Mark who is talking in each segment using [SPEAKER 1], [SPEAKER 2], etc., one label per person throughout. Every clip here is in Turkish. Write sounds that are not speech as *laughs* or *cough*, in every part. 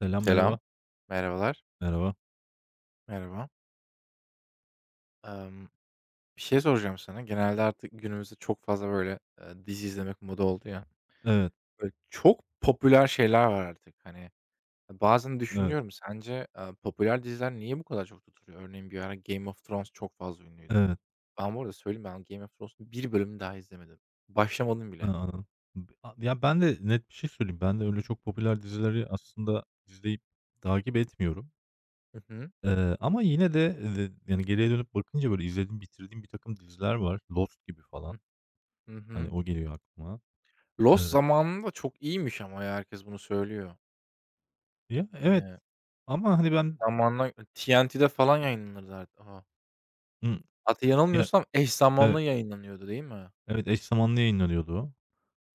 [SPEAKER 1] Selam,
[SPEAKER 2] Selam.
[SPEAKER 1] merhaba.
[SPEAKER 2] Merhabalar.
[SPEAKER 1] Merhaba.
[SPEAKER 2] Merhaba. Emm, Bir şey soracağım sana. Genelde artık günümüzde çok fazla, böyle, dizi izlemek moda oldu ya.
[SPEAKER 1] Evet,
[SPEAKER 2] Böyle, çok popüler şeyler var artık. Hani, bazen
[SPEAKER 1] evet,
[SPEAKER 2] düşünüyorum sence, popüler diziler niye bu kadar çok tutuluyor? Örneğin bir ara Game of Thrones çok fazla ünlüydü.
[SPEAKER 1] evet.
[SPEAKER 2] Ben bu arada söyleyeyim, ben Game of Thrones'un bir bölümünü daha izlemedim. Başlamadım
[SPEAKER 1] Ha,
[SPEAKER 2] bile.
[SPEAKER 1] anladım. B a Ya, ben de net bir şey söyleyeyim. Ben de öyle çok popüler dizileri aslında izleyip takip etmiyorum.
[SPEAKER 2] Hı hı.
[SPEAKER 1] Ama yine de, yani, geriye dönüp bakınca, böyle, izlediğim, bitirdiğim bir takım diziler var. Lost gibi
[SPEAKER 2] Hı.
[SPEAKER 1] falan.
[SPEAKER 2] Hı
[SPEAKER 1] Hani,
[SPEAKER 2] hı.
[SPEAKER 1] o geliyor aklıma. Eee,
[SPEAKER 2] Lost zamanında çok iyiymiş, ama ya herkes bunu söylüyor.
[SPEAKER 1] Ya, evet
[SPEAKER 2] Hani,
[SPEAKER 1] ama, hani, ben.
[SPEAKER 2] zamanla TNT'de falan yayınlanırdı,
[SPEAKER 1] Hımm.
[SPEAKER 2] hatta
[SPEAKER 1] Ya,
[SPEAKER 2] yanılmıyorsam eş
[SPEAKER 1] evet,
[SPEAKER 2] zamanlı yayınlanıyordu, değil mi?
[SPEAKER 1] evet, eş zamanlı yayınlanıyordu o.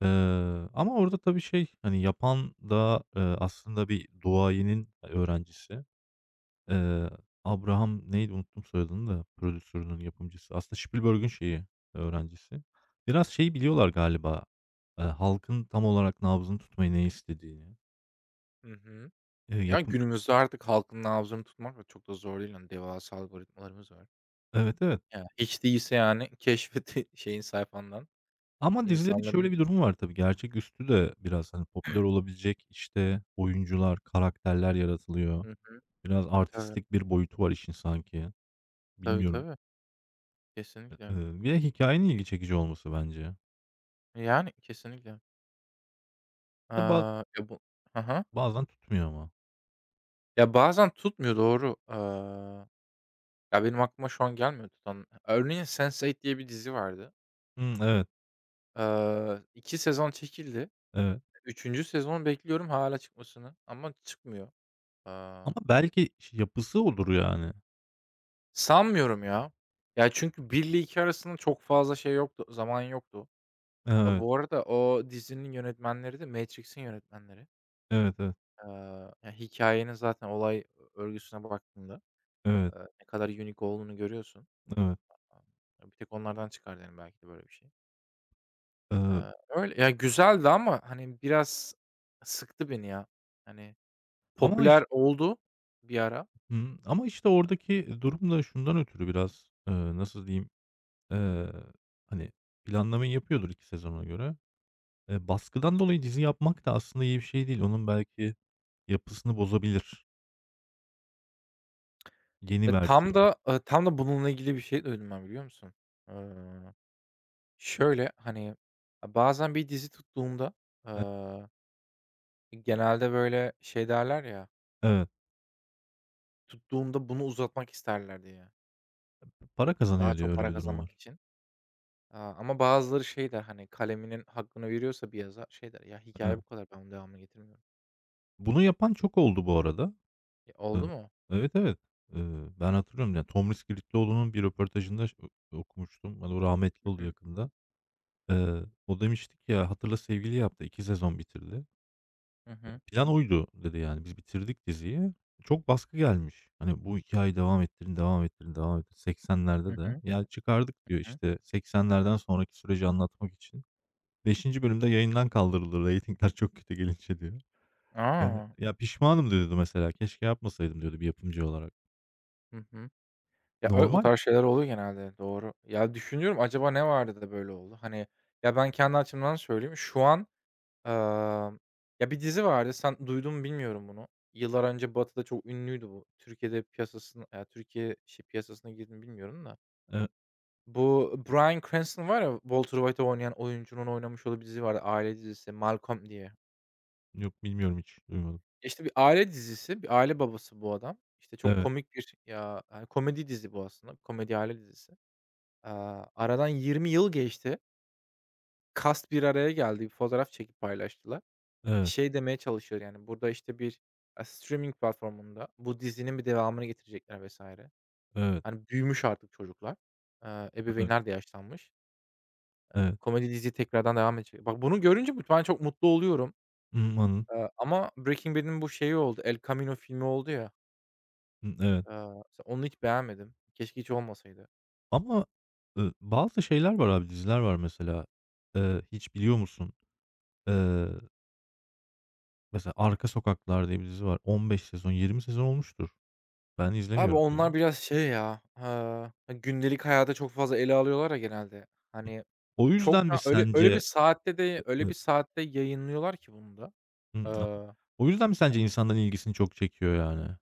[SPEAKER 1] Ama orada tabii şey, hani, yapan da, aslında bir duayenin öğrencisi. Eee, Abraham neydi unuttum soyadını da prodütörünün, yapımcısı. Aslında Spielberg'ün şeyi, öğrencisi. Biraz şeyi biliyorlar galiba, halkın tam olarak nabzını tutmayı, ne istediğini.
[SPEAKER 2] Hı hı. Ya,
[SPEAKER 1] Yapım
[SPEAKER 2] günümüzde artık halkın nabzını tutmak da çok da zor değil. Hani, devasa algoritmalarımız var.
[SPEAKER 1] Evet, evet.
[SPEAKER 2] Ya, hiç değilse, yani, *laughs* keşfeti şeyin sayfandan
[SPEAKER 1] Ama dizilerin
[SPEAKER 2] insanların.
[SPEAKER 1] şöyle bir durumu var tabii, gerçeküstü de biraz, hani, popüler olabilecek, işte, oyuncular, karakterler yaratılıyor.
[SPEAKER 2] Hı hı.
[SPEAKER 1] Biraz
[SPEAKER 2] E, tabii.
[SPEAKER 1] artistlik bir boyutu var işin sanki.
[SPEAKER 2] Tabii,
[SPEAKER 1] Bilmiyorum.
[SPEAKER 2] tabii. Kesinlikle.
[SPEAKER 1] Ve hikayenin ilgi çekici olması bence.
[SPEAKER 2] Yani, kesinlikle.
[SPEAKER 1] Tabii,
[SPEAKER 2] Ya, bu. Hı hı.
[SPEAKER 1] bazen tutmuyor ama.
[SPEAKER 2] Ya, bazen tutmuyor, doğru. Ya, benim aklıma şu an gelmiyor tutan. Örneğin Sense8 diye bir dizi vardı.
[SPEAKER 1] Hımm, evet,
[SPEAKER 2] 2 sezon çekildi.
[SPEAKER 1] evet.
[SPEAKER 2] Üçüncü sezon bekliyorum hâlâ çıkmasını, ama çıkmıyor. Aaa,
[SPEAKER 1] Ama belki yapısı olur yani.
[SPEAKER 2] sanmıyorum ya. Ya, çünkü 1 ile 2 arasında çok fazla şey yoktu, zaman yoktu. Ya,
[SPEAKER 1] Evet,
[SPEAKER 2] bu arada o dizinin yönetmenleri de Matrix'in yönetmenleri.
[SPEAKER 1] evet, evet,
[SPEAKER 2] Ya, hikâyenin zaten olay örgüsüne baktığında,
[SPEAKER 1] evet,
[SPEAKER 2] ne kadar unique olduğunu görüyorsun.
[SPEAKER 1] evet.
[SPEAKER 2] Ya, bir tek onlardan çıkar derim belki de böyle bir şey.
[SPEAKER 1] Eee,
[SPEAKER 2] Öyle ya, güzeldi, ama, hani, biraz sıktı beni ya. Hani,
[SPEAKER 1] Ama iş
[SPEAKER 2] popüler oldu bir ara.
[SPEAKER 1] Hımm. Ama, işte, oradaki durum da şundan ötürü biraz, nasıl diyeyim, eee, hani, planlamayı yapıyordur 2 sezona göre. Baskıdan dolayı dizi yapmak da aslında iyi bir şey değil. Onun belki yapısını bozabilir yeni
[SPEAKER 2] E, tam
[SPEAKER 1] versiyonu.
[SPEAKER 2] da, bununla ilgili bir şey duydum ben, biliyor musun? Eee, şöyle, hani, bazen bir dizi tuttuğumda,
[SPEAKER 1] E
[SPEAKER 2] eee, genelde böyle şey derler ya,
[SPEAKER 1] evet.
[SPEAKER 2] tuttuğumda bunu uzatmak isterler diye,
[SPEAKER 1] Para
[SPEAKER 2] daha
[SPEAKER 1] kazanıyor diye
[SPEAKER 2] çok
[SPEAKER 1] öyle
[SPEAKER 2] para
[SPEAKER 1] bir durum
[SPEAKER 2] kazanmak
[SPEAKER 1] var.
[SPEAKER 2] için. Ama bazıları şey der, hani, kaleminin hakkını veriyorsa bir yazar, şey der, "Ya, hikaye
[SPEAKER 1] Evet.
[SPEAKER 2] bu kadar, ben bunun devamını getirmiyorum."
[SPEAKER 1] Bunu yapan çok oldu bu arada.
[SPEAKER 2] Ya, oldu
[SPEAKER 1] Iıı,
[SPEAKER 2] mu?
[SPEAKER 1] evet, evet. Ben hatırlıyorum ya, Tomris Kilitlioğlu'nun bir röportajında okumuştum. Hani, o rahmetli
[SPEAKER 2] Hı
[SPEAKER 1] oldu
[SPEAKER 2] hı.
[SPEAKER 1] yakında. O demişti ki ya, "Hatırla Sevgili'yi" yaptı. 2 sezon bitirdi.
[SPEAKER 2] Hı hı.
[SPEAKER 1] "Plan oydu." dedi yani. "Biz bitirdik diziyi. Çok baskı gelmiş. Hani, bu hikâyeyi devam ettirin, devam ettirin, devam ettirin." 80'lerde
[SPEAKER 2] Hı
[SPEAKER 1] de.
[SPEAKER 2] hı.
[SPEAKER 1] "Ya, çıkardık." diyor,
[SPEAKER 2] Hı hı.
[SPEAKER 1] işte, "80'lerden sonraki süreci anlatmak için. Beşinci bölümde yayından kaldırıldı reytingler çok kötü gelince." diyor. "Ya, pişmanım." diyordu mesela. "Keşke yapmasaydım." diyordu bir yapımcı olarak.
[SPEAKER 2] Hı hı. Ya, o
[SPEAKER 1] Normal.
[SPEAKER 2] tarz şeyler oluyor genelde, doğru. Ya, düşünüyorum, acaba ne vardı da böyle oldu? Hani, ya, ben kendi açımdan söyleyeyim. Şu an, amm, ya, bir dizi vardı. Sen duydun mu bilmiyorum bunu. Yıllar önce Batı'da çok ünlüydü bu. Türkiye'de piyasasına, ya, Türkiye şey piyasasına girdi mi bilmiyorum da.
[SPEAKER 1] Evet,
[SPEAKER 2] Bu Bryan Cranston var ya, Walter White'ı oynayan oyuncunun oynamış olduğu bir dizi vardı. Aile dizisi Malcolm diye.
[SPEAKER 1] yok, bilmiyorum, hiç duymadım.
[SPEAKER 2] İşte, bir aile dizisi, bir aile babası bu adam. İşte, çok
[SPEAKER 1] Evet,
[SPEAKER 2] komik bir ya, hani, komedi dizi bu aslında. Komedi aile dizisi. Aradan 20 yıl geçti. Kast bir araya geldi. Bir fotoğraf çekip paylaştılar.
[SPEAKER 1] evet,
[SPEAKER 2] Şey demeye çalışıyor, yani, burada, işte, bir, streaming platformunda bu dizinin bir devamını getirecekler vs.
[SPEAKER 1] evet,
[SPEAKER 2] Hani, büyümüş artık çocuklar.
[SPEAKER 1] evet,
[SPEAKER 2] Ebeveynler de yaşlanmış.
[SPEAKER 1] evet.
[SPEAKER 2] Komedi dizi tekrardan devam edecek. Bak, bunu görünce bu ben çok mutlu oluyorum.
[SPEAKER 1] Hımm, anladım.
[SPEAKER 2] Ama Breaking Bad'in bu şeyi oldu, El Camino filmi oldu ya,
[SPEAKER 1] Hımm, evet,
[SPEAKER 2] mesela onu hiç beğenmedim. Keşke hiç olmasaydı.
[SPEAKER 1] ama, bazı şeyler var abi, diziler var mesela. Hiç biliyor musun? Eee, Mesela Arka Sokaklar diye bir dizi var. 15 sezon, 20 sezon olmuştur. Ben
[SPEAKER 2] Abi
[SPEAKER 1] izlemiyorum tabii
[SPEAKER 2] onlar
[SPEAKER 1] de.
[SPEAKER 2] biraz şey ya, gündelik hayata çok fazla ele alıyorlar ya genelde. Hani,
[SPEAKER 1] O yüzden
[SPEAKER 2] çok
[SPEAKER 1] mi
[SPEAKER 2] da öyle bir
[SPEAKER 1] sence?
[SPEAKER 2] saatte de
[SPEAKER 1] I
[SPEAKER 2] öyle bir
[SPEAKER 1] ı
[SPEAKER 2] saatte yayınlıyorlar ki bunu da.
[SPEAKER 1] Hımm, anladım.
[SPEAKER 2] Aaa,
[SPEAKER 1] O yüzden mi sence insanların ilgisini çok çekiyor yani?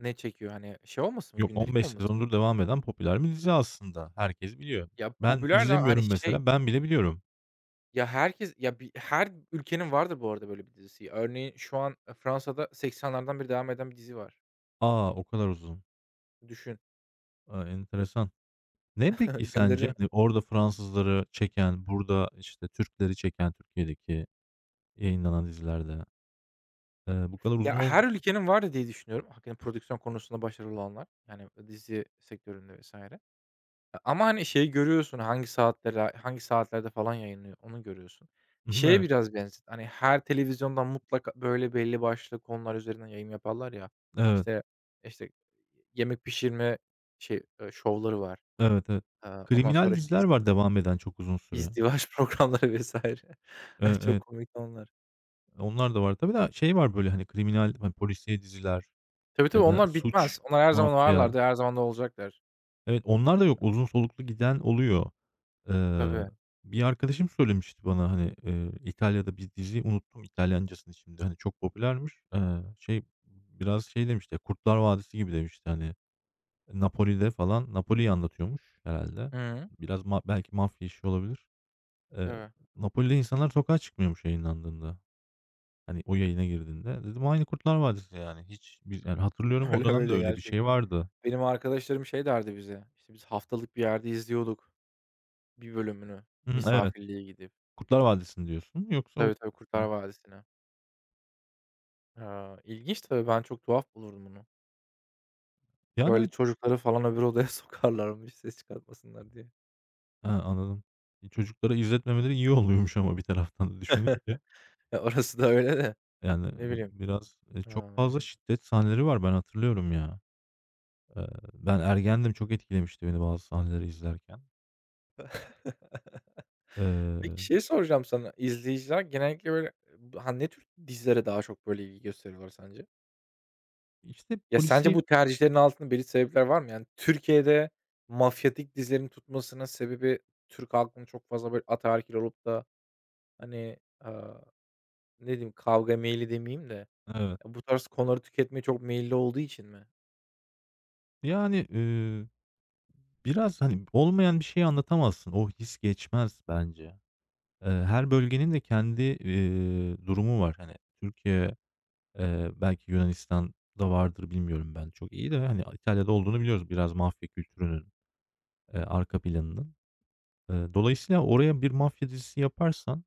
[SPEAKER 2] ne çekiyor, hani, şey olmasın mı,
[SPEAKER 1] Yok, on
[SPEAKER 2] gündelik
[SPEAKER 1] beş
[SPEAKER 2] olmasın mı?
[SPEAKER 1] sezondur devam eden popüler bir dizi aslında. Herkes biliyor.
[SPEAKER 2] Ya,
[SPEAKER 1] Ben
[SPEAKER 2] popüler de hani,
[SPEAKER 1] izlemiyorum
[SPEAKER 2] şey,
[SPEAKER 1] mesela. Ben bile biliyorum.
[SPEAKER 2] ya, herkes ya, her ülkenin vardır bu arada böyle bir dizisi. Örneğin şu an, Fransa'da 80'lerden beri devam eden bir dizi var.
[SPEAKER 1] Aa, o kadar uzun.
[SPEAKER 2] Düşün.
[SPEAKER 1] A, enteresan. Ne peki
[SPEAKER 2] *laughs*
[SPEAKER 1] sence,
[SPEAKER 2] Gönderirim.
[SPEAKER 1] hani, orada Fransızları çeken, burada, işte, Türkleri çeken Türkiye'deki yayınlanan dizilerde, bu kadar uzun
[SPEAKER 2] Ya, her
[SPEAKER 1] olması.
[SPEAKER 2] ülkenin vardı diye düşünüyorum. Hakikaten prodüksiyon konusunda başarılı olanlar. Yani, dizi sektöründe vesaire. E, ama, hani, şeyi görüyorsun, hangi saatlerde falan yayınlıyor, onu görüyorsun.
[SPEAKER 1] Hı
[SPEAKER 2] Şeye
[SPEAKER 1] hı,
[SPEAKER 2] biraz benzet, hani, her televizyondan mutlaka, böyle, belli başlı konular üzerinden yayın yaparlar ya.
[SPEAKER 1] *laughs* evet, evet,
[SPEAKER 2] İşte işte, yemek pişirme şey, şovları var.
[SPEAKER 1] evet, evet.
[SPEAKER 2] Ondan
[SPEAKER 1] Kriminal
[SPEAKER 2] sonra, işte,
[SPEAKER 1] diziler var devam eden çok uzun süre.
[SPEAKER 2] izdivaç *laughs* programları vesaire. *laughs* Çok
[SPEAKER 1] Evet,
[SPEAKER 2] komik onlar.
[SPEAKER 1] onlar da var tabii
[SPEAKER 2] Hı.
[SPEAKER 1] de şey var, böyle, hani, kriminal, hani, polisiye diziler
[SPEAKER 2] Tabii, tabii,
[SPEAKER 1] ya da
[SPEAKER 2] onlar bitmez.
[SPEAKER 1] suç,
[SPEAKER 2] Onlar her zaman
[SPEAKER 1] mafya.
[SPEAKER 2] varlardı, her zaman da olacaklar.
[SPEAKER 1] Evet, onlar da yok. Uzun soluklu giden oluyor. Eee,
[SPEAKER 2] Tabii.
[SPEAKER 1] Bir arkadaşım söylemişti bana, hani, İtalya'da bir dizi unuttum İtalyancasını şimdi, hani, çok popülermiş. Şey, biraz şey demişti, Kurtlar Vadisi gibi demişti, hani, Napoli'de falan Napoli'yi anlatıyormuş herhalde.
[SPEAKER 2] Hı.
[SPEAKER 1] Biraz belki mafya işi olabilir. Eee,
[SPEAKER 2] Tabii.
[SPEAKER 1] Napoli'de insanlar sokağa çıkmıyormuş yayınlandığında. Hani, o yayına girdiğinde. Dedim, aynı Kurtlar Vadisi yani. Hiç bir yani, hatırlıyorum
[SPEAKER 2] *laughs*
[SPEAKER 1] o
[SPEAKER 2] Öyle,
[SPEAKER 1] dönemde
[SPEAKER 2] öyle
[SPEAKER 1] öyle bir şey
[SPEAKER 2] gerçekten.
[SPEAKER 1] vardı.
[SPEAKER 2] Benim arkadaşlarım şey derdi bize, İşte biz haftalık bir yerde izliyorduk. Bir bölümünü
[SPEAKER 1] Hımm, evet.
[SPEAKER 2] misafirliğe gidip.
[SPEAKER 1] Kurtlar Vadisi'ni diyorsun yoksa o?
[SPEAKER 2] Tabii, tabii, Kurtlar
[SPEAKER 1] Hah.
[SPEAKER 2] Vadisi'ne. Ha, ilginç tabii, ben çok tuhaf bulurdum bunu. Böyle
[SPEAKER 1] Yani,
[SPEAKER 2] çocukları falan öbür odaya *laughs* sokarlarmış ses çıkartmasınlar diye.
[SPEAKER 1] he, anladım. Çocuklara izletmemeleri iyi oluyormuş ama bir taraftan da düşününce.
[SPEAKER 2] Ya, orası da öyle de,
[SPEAKER 1] Yani,
[SPEAKER 2] ne bileyim.
[SPEAKER 1] biraz, çok
[SPEAKER 2] Aaa,
[SPEAKER 1] fazla şiddet sahneleri var ben hatırlıyorum ya. Eee, Ben ergendim, çok etkilemişti beni bazı sahneleri izlerken.
[SPEAKER 2] peki
[SPEAKER 1] Eee,
[SPEAKER 2] şey soracağım sana, izleyiciler genellikle böyle, ha, ne tür dizilere daha çok böyle ilgi gösteriyorlar sence?
[SPEAKER 1] işte,
[SPEAKER 2] Ya, sence bu tercihlerin altında belirli sebepler var mı? Yani Türkiye'de mafyatik dizilerin tutmasının sebebi Türk halkının çok fazla böyle ataerkil olup da, hani, ne diyeyim, kavga meyilli demeyeyim de, ya,
[SPEAKER 1] evet.
[SPEAKER 2] bu tarz konuları tüketmeye çok meyilli olduğu için mi?
[SPEAKER 1] Yani, biraz, hani, olmayan bir şeyi anlatamazsın. O his geçmez bence. Her bölgenin de kendi, durumu var. Hani, Türkiye belki Yunanistan'da vardır bilmiyorum ben çok iyi de, hani, İtalya'da olduğunu biliyoruz biraz mafya kültürünün, arka planının. Dolayısıyla oraya bir mafya dizisi yaparsan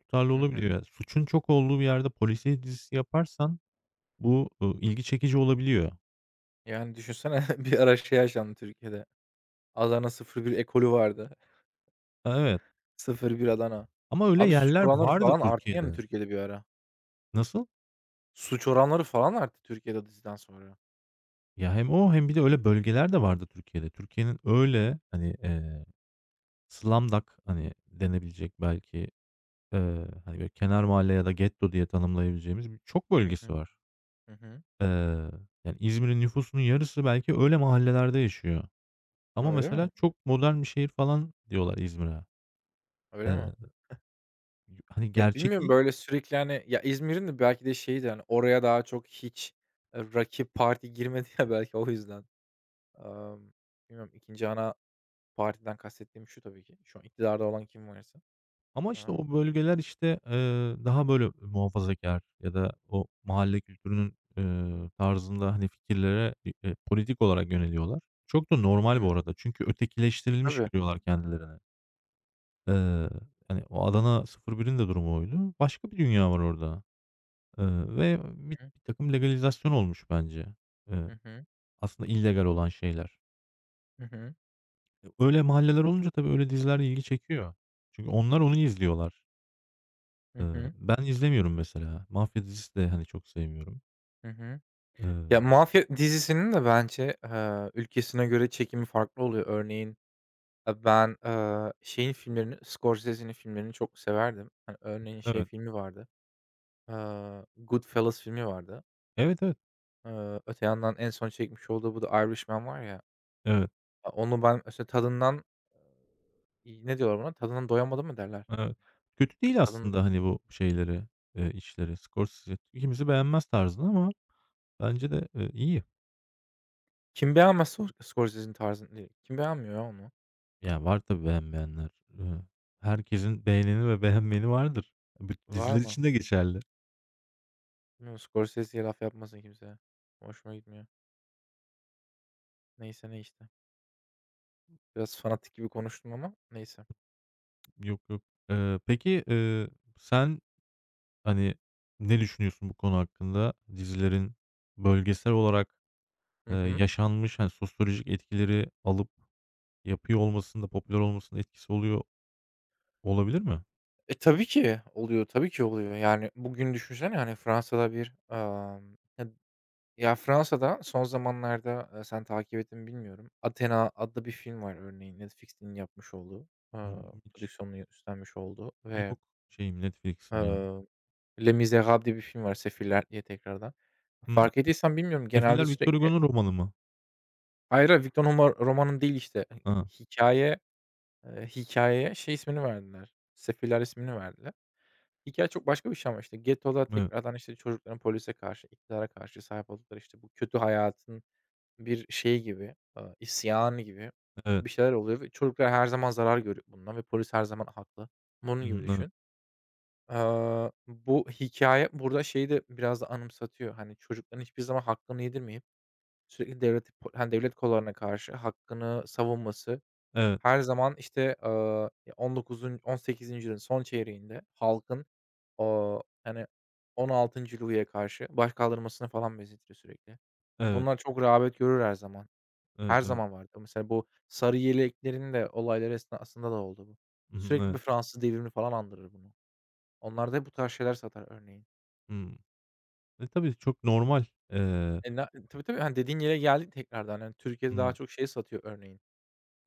[SPEAKER 1] tutarlı
[SPEAKER 2] Hı
[SPEAKER 1] olabiliyor.
[SPEAKER 2] hı.
[SPEAKER 1] Ya, suçun çok olduğu bir yerde polisiye dizisi yaparsan bu, ilgi çekici olabiliyor.
[SPEAKER 2] Yani düşünsene *laughs* bir ara şey yaşandı Türkiye'de. Adana 01 ekolü vardı.
[SPEAKER 1] Evet,
[SPEAKER 2] *laughs* 01 Adana.
[SPEAKER 1] ama öyle
[SPEAKER 2] Abi suç
[SPEAKER 1] yerler
[SPEAKER 2] oranları
[SPEAKER 1] vardı
[SPEAKER 2] falan arttı yani
[SPEAKER 1] Türkiye'de.
[SPEAKER 2] Türkiye'de bir ara.
[SPEAKER 1] Nasıl?
[SPEAKER 2] Suç oranları falan arttı Türkiye'de diziden sonra.
[SPEAKER 1] Ya, hem o hem bir de öyle bölgeler de vardı Türkiye'de. Türkiye'nin öyle, hani, slumdog, hani, denebilecek belki, hani, böyle, kenar mahalle ya da getto diye tanımlayabileceğimiz bir çok
[SPEAKER 2] Hı
[SPEAKER 1] bölgesi
[SPEAKER 2] hı.
[SPEAKER 1] var.
[SPEAKER 2] Hı hı.
[SPEAKER 1] Eee, Yani, İzmir'in nüfusunun yarısı belki öyle mahallelerde yaşıyor ama
[SPEAKER 2] Öyle
[SPEAKER 1] mesela
[SPEAKER 2] mi?
[SPEAKER 1] çok modern bir şehir falan diyorlar İzmir'e.
[SPEAKER 2] Öyle mi?
[SPEAKER 1] Eee, Hani,
[SPEAKER 2] Ya, bilmiyorum,
[SPEAKER 1] gerçekliği
[SPEAKER 2] böyle, sürekli, hani, ya, İzmir'in de belki de şeydi de, hani, oraya daha çok hiç, rakip parti girmedi ya *laughs* belki o yüzden. Amm, bilmiyorum, 2. ana partiden kastettiğim şu tabii ki, şu an iktidarda olan kim varsa.
[SPEAKER 1] ama, işte,
[SPEAKER 2] Aaa,
[SPEAKER 1] o bölgeler, işte, daha, böyle, muhafazakar ya da o mahalle kültürünün, tarzında, hani, fikirlere, politik olarak yöneliyorlar. Çok da normal
[SPEAKER 2] hı.
[SPEAKER 1] bu arada çünkü ötekileştirilmiş
[SPEAKER 2] Tabii.
[SPEAKER 1] görüyorlar kendilerini. Eee, Hani, o Adana 01'in de durumu oydu. Başka bir dünya var orada, ve bir
[SPEAKER 2] Hı hı.
[SPEAKER 1] takım legalizasyon olmuş bence. Eee,
[SPEAKER 2] Hı hı.
[SPEAKER 1] Aslında illegal olan şeyler.
[SPEAKER 2] Hı hı.
[SPEAKER 1] Öyle mahalleler olunca tabii öyle diziler ilgi çekiyor. Çünkü onlar onu izliyorlar.
[SPEAKER 2] Hı
[SPEAKER 1] Eee,
[SPEAKER 2] hı.
[SPEAKER 1] Ben izlemiyorum mesela. Mafya dizisi de, hani, çok sevmiyorum.
[SPEAKER 2] Hı hı. Ya,
[SPEAKER 1] Eee,
[SPEAKER 2] mafya dizisinin de bence, ülkesine göre çekimi farklı oluyor. Örneğin, ben, şeyin filmlerini, Scorsese'nin filmlerini çok severdim. Hani, örneğin şey
[SPEAKER 1] evet.
[SPEAKER 2] filmi vardı, Goodfellas filmi vardı.
[SPEAKER 1] Evet, evet.
[SPEAKER 2] Öte yandan en son çekmiş olduğu bu The Irishman var ya,
[SPEAKER 1] Evet,
[SPEAKER 2] onu ben, işte, tadından, ne diyorlar buna? Tadından doyamadım mı derler?
[SPEAKER 1] evet. Kötü değil
[SPEAKER 2] Tadın
[SPEAKER 1] aslında, hani, bu şeyleri, işleri. Scorsese ikimizi beğenmez tarzında ama bence de, iyi.
[SPEAKER 2] Kim beğenmez Scorsese'nin tarzını değil. Kim beğenmiyor ya onu?
[SPEAKER 1] Ya, var tabii beğenmeyenler. Iıı, Herkesin beğeneni ve beğenmeyeni vardır. Büt
[SPEAKER 2] Var
[SPEAKER 1] diziler
[SPEAKER 2] mı?
[SPEAKER 1] için de geçerli.
[SPEAKER 2] Bilmiyorum, Scorsese'ye laf yapmasın kimse. Hoşuma gitmiyor. Neyse ne işte. Biraz fanatik gibi konuştum, ama neyse.
[SPEAKER 1] Yok, yok. Peki, sen, hani, ne düşünüyorsun bu konu hakkında? Dizilerin bölgesel olarak,
[SPEAKER 2] Hı hı.
[SPEAKER 1] yaşanmış, hani, sosyolojik etkileri alıp yapıyor olmasında, popüler olmasında etkisi oluyor olabilir mi?
[SPEAKER 2] E, tabii ki oluyor, tabii ki oluyor. Yani bugün düşünsene hani Fransa'da bir, amm, ya ya Fransa'da son zamanlarda, sen takip ettin mi bilmiyorum. Athena adlı bir film var örneğin Netflix'in yapmış olduğu,
[SPEAKER 1] Hımm, hiç
[SPEAKER 2] prodüksiyonunu üstlenmiş olduğu ve.
[SPEAKER 1] yok şeyim, Netflix'im ya.
[SPEAKER 2] Eee, Les Misérables diye bir film var, Sefiller diye tekrardan.
[SPEAKER 1] Hımm,
[SPEAKER 2] Fark ettiysen bilmiyorum genelde
[SPEAKER 1] Sefiller Victor
[SPEAKER 2] sürekli.
[SPEAKER 1] Hugo'nun romanı mı?
[SPEAKER 2] Hayır, hayır, Victor Hugo romanı değil işte. Hani,
[SPEAKER 1] Ha,
[SPEAKER 2] Hikaye, hikâyeye şey ismini verdiler, Sefiller ismini verdiler. Hikâye çok başka bir şey, ama işte ghetto'da
[SPEAKER 1] evet,
[SPEAKER 2] tekrardan, işte, çocukların polise karşı, iktidara karşı sahip oldukları, işte, bu kötü hayatın bir şeyi gibi, isyanı gibi
[SPEAKER 1] evet.
[SPEAKER 2] bir şeyler oluyor ve çocuklar her zaman zarar görüyor bundan ve polis her zaman haklı. Bunun gibi
[SPEAKER 1] Hı,
[SPEAKER 2] düşün. Bu hikâye burada şeyi de biraz da anımsatıyor. Hani, çocukların hiçbir zaman hakkını yedirmeyip sürekli devleti po hani, devlet kollarına karşı hakkını savunması,
[SPEAKER 1] evet.
[SPEAKER 2] her zaman, işte, ya, 19'un 18. yüzyılın son çeyreğinde halkın, hani, 16. Louis'e karşı baş kaldırmasını falan benzetiyor sürekli.
[SPEAKER 1] Evet,
[SPEAKER 2] Bunlar çok rağbet görür her zaman.
[SPEAKER 1] evet, evet,
[SPEAKER 2] Her
[SPEAKER 1] evet.
[SPEAKER 2] zaman vardı. Mesela bu sarı yeleklerin de olayları esnasında da oldu bu.
[SPEAKER 1] Hı,
[SPEAKER 2] Sürekli bir
[SPEAKER 1] evet.
[SPEAKER 2] Fransız devrimi falan andırır bunu. Onlar da bu tarz şeyler satar örneğin.
[SPEAKER 1] Hımm. Tabii, çok normal. Eee,
[SPEAKER 2] E, na tabii, tabii, hani, dediğin yere geldik tekrardan. Hani, Türkiye'de daha
[SPEAKER 1] ımm,
[SPEAKER 2] çok şey satıyor örneğin.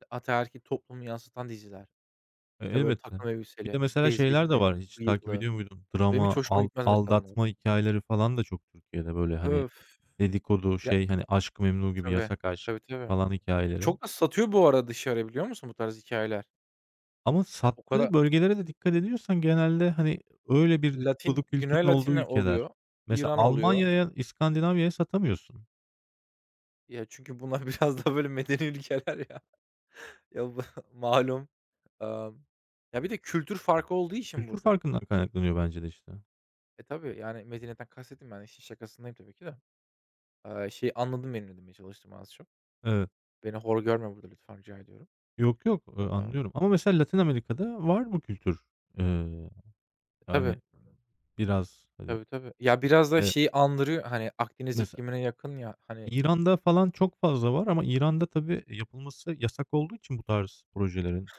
[SPEAKER 2] Ataerkil toplumu yansıtan diziler. İşte, böyle
[SPEAKER 1] Elbette.
[SPEAKER 2] takım
[SPEAKER 1] Bir de
[SPEAKER 2] elbiseli,
[SPEAKER 1] mesela şeyler de
[SPEAKER 2] tezbihli,
[SPEAKER 1] var, hiç takip
[SPEAKER 2] bıyıklı.
[SPEAKER 1] ediyor muydun?
[SPEAKER 2] Benim hiç
[SPEAKER 1] Drama,
[SPEAKER 2] hoşuma
[SPEAKER 1] al
[SPEAKER 2] gitmez mesela onlar.
[SPEAKER 1] aldatma hikâyeleri falan da çok Türkiye'de, böyle, hani,
[SPEAKER 2] Öf!
[SPEAKER 1] dedikodu,
[SPEAKER 2] Ya.
[SPEAKER 1] şey, hani, Aşk-ı Memnu gibi,
[SPEAKER 2] Tabii.
[SPEAKER 1] Yasak Aşk
[SPEAKER 2] Tabii, tabii.
[SPEAKER 1] falan hikâyeleri.
[SPEAKER 2] Çok da satıyor bu ara dışarı biliyor musun bu tarz hikâyeler?
[SPEAKER 1] Ama
[SPEAKER 2] Ya, o
[SPEAKER 1] sattığı
[SPEAKER 2] kadar
[SPEAKER 1] bölgelere de dikkat ediyorsan genelde, hani, öyle bir dedikodu
[SPEAKER 2] Güney
[SPEAKER 1] kültürünün olduğu
[SPEAKER 2] Latin'le
[SPEAKER 1] ülkeler.
[SPEAKER 2] oluyor,
[SPEAKER 1] Mesela
[SPEAKER 2] İran oluyor.
[SPEAKER 1] Almanya'ya, İskandinavya'ya satamıyorsun.
[SPEAKER 2] Ya, çünkü bunlar *laughs* biraz daha böyle medeni ülkeler ya. Ya, bu *laughs* malum. Emm, ya, bir de kültür farkı olduğu için
[SPEAKER 1] Kültür
[SPEAKER 2] burada.
[SPEAKER 1] farkından kaynaklanıyor bence de işte.
[SPEAKER 2] Tabii, yani, medeniyetten kastettim ben, işin şakasındayım tabii ki de. Şeyi anladım benim ne demeye çalıştığını az çok.
[SPEAKER 1] Eee
[SPEAKER 2] Beni hor görme burada, lütfen rica ediyorum.
[SPEAKER 1] Yok, yok,
[SPEAKER 2] Aaa,
[SPEAKER 1] anlıyorum ama mesela Latin Amerika'da var bu kültür. Eee,
[SPEAKER 2] tabii,
[SPEAKER 1] Hani, biraz, hani,
[SPEAKER 2] tabii, tabii. Ya, biraz da
[SPEAKER 1] eee,
[SPEAKER 2] şeyi andırıyor, hani, Akdeniz
[SPEAKER 1] mesela
[SPEAKER 2] iklimine yakın ya, hani.
[SPEAKER 1] İran'da falan çok fazla var ama İran'da tabii yapılması yasak olduğu için bu tarz projelerin.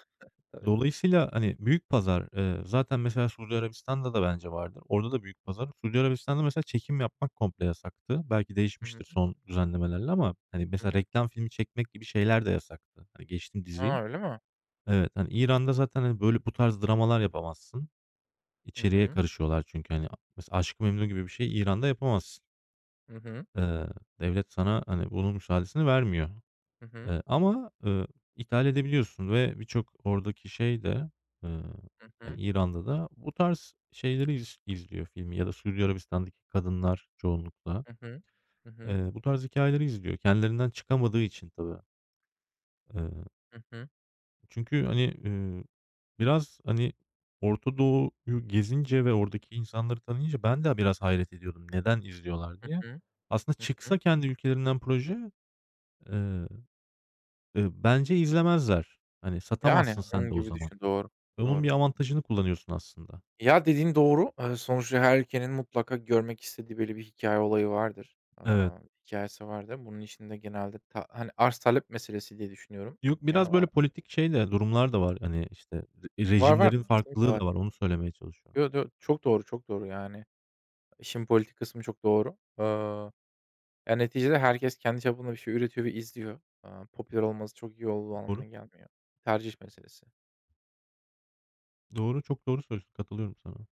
[SPEAKER 2] Tabii, tabii.
[SPEAKER 1] Dolayısıyla, hani, büyük pazar, zaten mesela Suudi Arabistan'da da bence vardır. Orada da büyük pazar. Suudi Arabistan'da mesela çekim yapmak komple yasaktı. Belki
[SPEAKER 2] Hı hı,
[SPEAKER 1] değişmiştir son düzenlemelerle ama, hani,
[SPEAKER 2] hı
[SPEAKER 1] mesela
[SPEAKER 2] hı.
[SPEAKER 1] reklam filmi çekmek gibi şeyler de yasaktı. Hani, geçtim diziyi.
[SPEAKER 2] A, öyle mi?
[SPEAKER 1] Evet, hani, İran'da zaten, hani, böyle bu tarz dramalar yapamazsın.
[SPEAKER 2] Hı
[SPEAKER 1] İçeriye
[SPEAKER 2] hı.
[SPEAKER 1] karışıyorlar çünkü, hani, mesela Aşk-ı Memnu gibi bir şey İran'da yapamazsın.
[SPEAKER 2] Hı hı.
[SPEAKER 1] Eee, Devlet sana, hani, bunun müsaadesini vermiyor.
[SPEAKER 2] Hı hı.
[SPEAKER 1] Ama, ithal edebiliyorsun ve birçok oradaki şey de, ııı,
[SPEAKER 2] Hı
[SPEAKER 1] yani,
[SPEAKER 2] hı.
[SPEAKER 1] İran'da da bu tarz şeyleri izliyor filmi ya da Suudi Arabistan'daki kadınlar çoğunlukla,
[SPEAKER 2] Hı hı. Hı hı.
[SPEAKER 1] bu tarz hikayeleri izliyor. Kendilerinden çıkamadığı için tabii. Eee.
[SPEAKER 2] Hı hı.
[SPEAKER 1] Çünkü, hani, biraz, hani, Orta Doğu'yu gezince ve oradaki insanları tanıyınca ben de biraz hayret ediyordum neden izliyorlar
[SPEAKER 2] Hı
[SPEAKER 1] diye.
[SPEAKER 2] hı.
[SPEAKER 1] Aslında
[SPEAKER 2] Hı hı.
[SPEAKER 1] çıksa kendi ülkelerinden proje, eee, bence izlemezler. Hani,
[SPEAKER 2] Yani,
[SPEAKER 1] satamazsın sen
[SPEAKER 2] onun
[SPEAKER 1] de o
[SPEAKER 2] gibi
[SPEAKER 1] zaman.
[SPEAKER 2] düşün. Doğru,
[SPEAKER 1] Onun bir
[SPEAKER 2] doğru.
[SPEAKER 1] avantajını kullanıyorsun aslında.
[SPEAKER 2] Ya, dediğin doğru. Sonuçta her ülkenin mutlaka görmek istediği böyle bir hikaye olayı vardır.
[SPEAKER 1] Evet.
[SPEAKER 2] Hikâyesi vardır. Bunun içinde genelde hani, arz talep meselesi diye düşünüyorum.
[SPEAKER 1] Yok,
[SPEAKER 2] Ya,
[SPEAKER 1] biraz böyle politik şey de durumlar da var. Hani, işte, re
[SPEAKER 2] var, var.
[SPEAKER 1] rejimlerin
[SPEAKER 2] Kesinlikle
[SPEAKER 1] farklılığı
[SPEAKER 2] var.
[SPEAKER 1] da var. Onu söylemeye çalışıyorum.
[SPEAKER 2] Yo, çok doğru, çok doğru yani. İşin politik kısmı çok doğru. Ya, neticede herkes kendi çapında bir şey üretiyor ve izliyor. Popüler olması çok iyi olduğu
[SPEAKER 1] Doğru.
[SPEAKER 2] anlamına gelmiyor. Tercih meselesi.
[SPEAKER 1] Doğru, çok doğru söylüyorsun. Katılıyorum sana.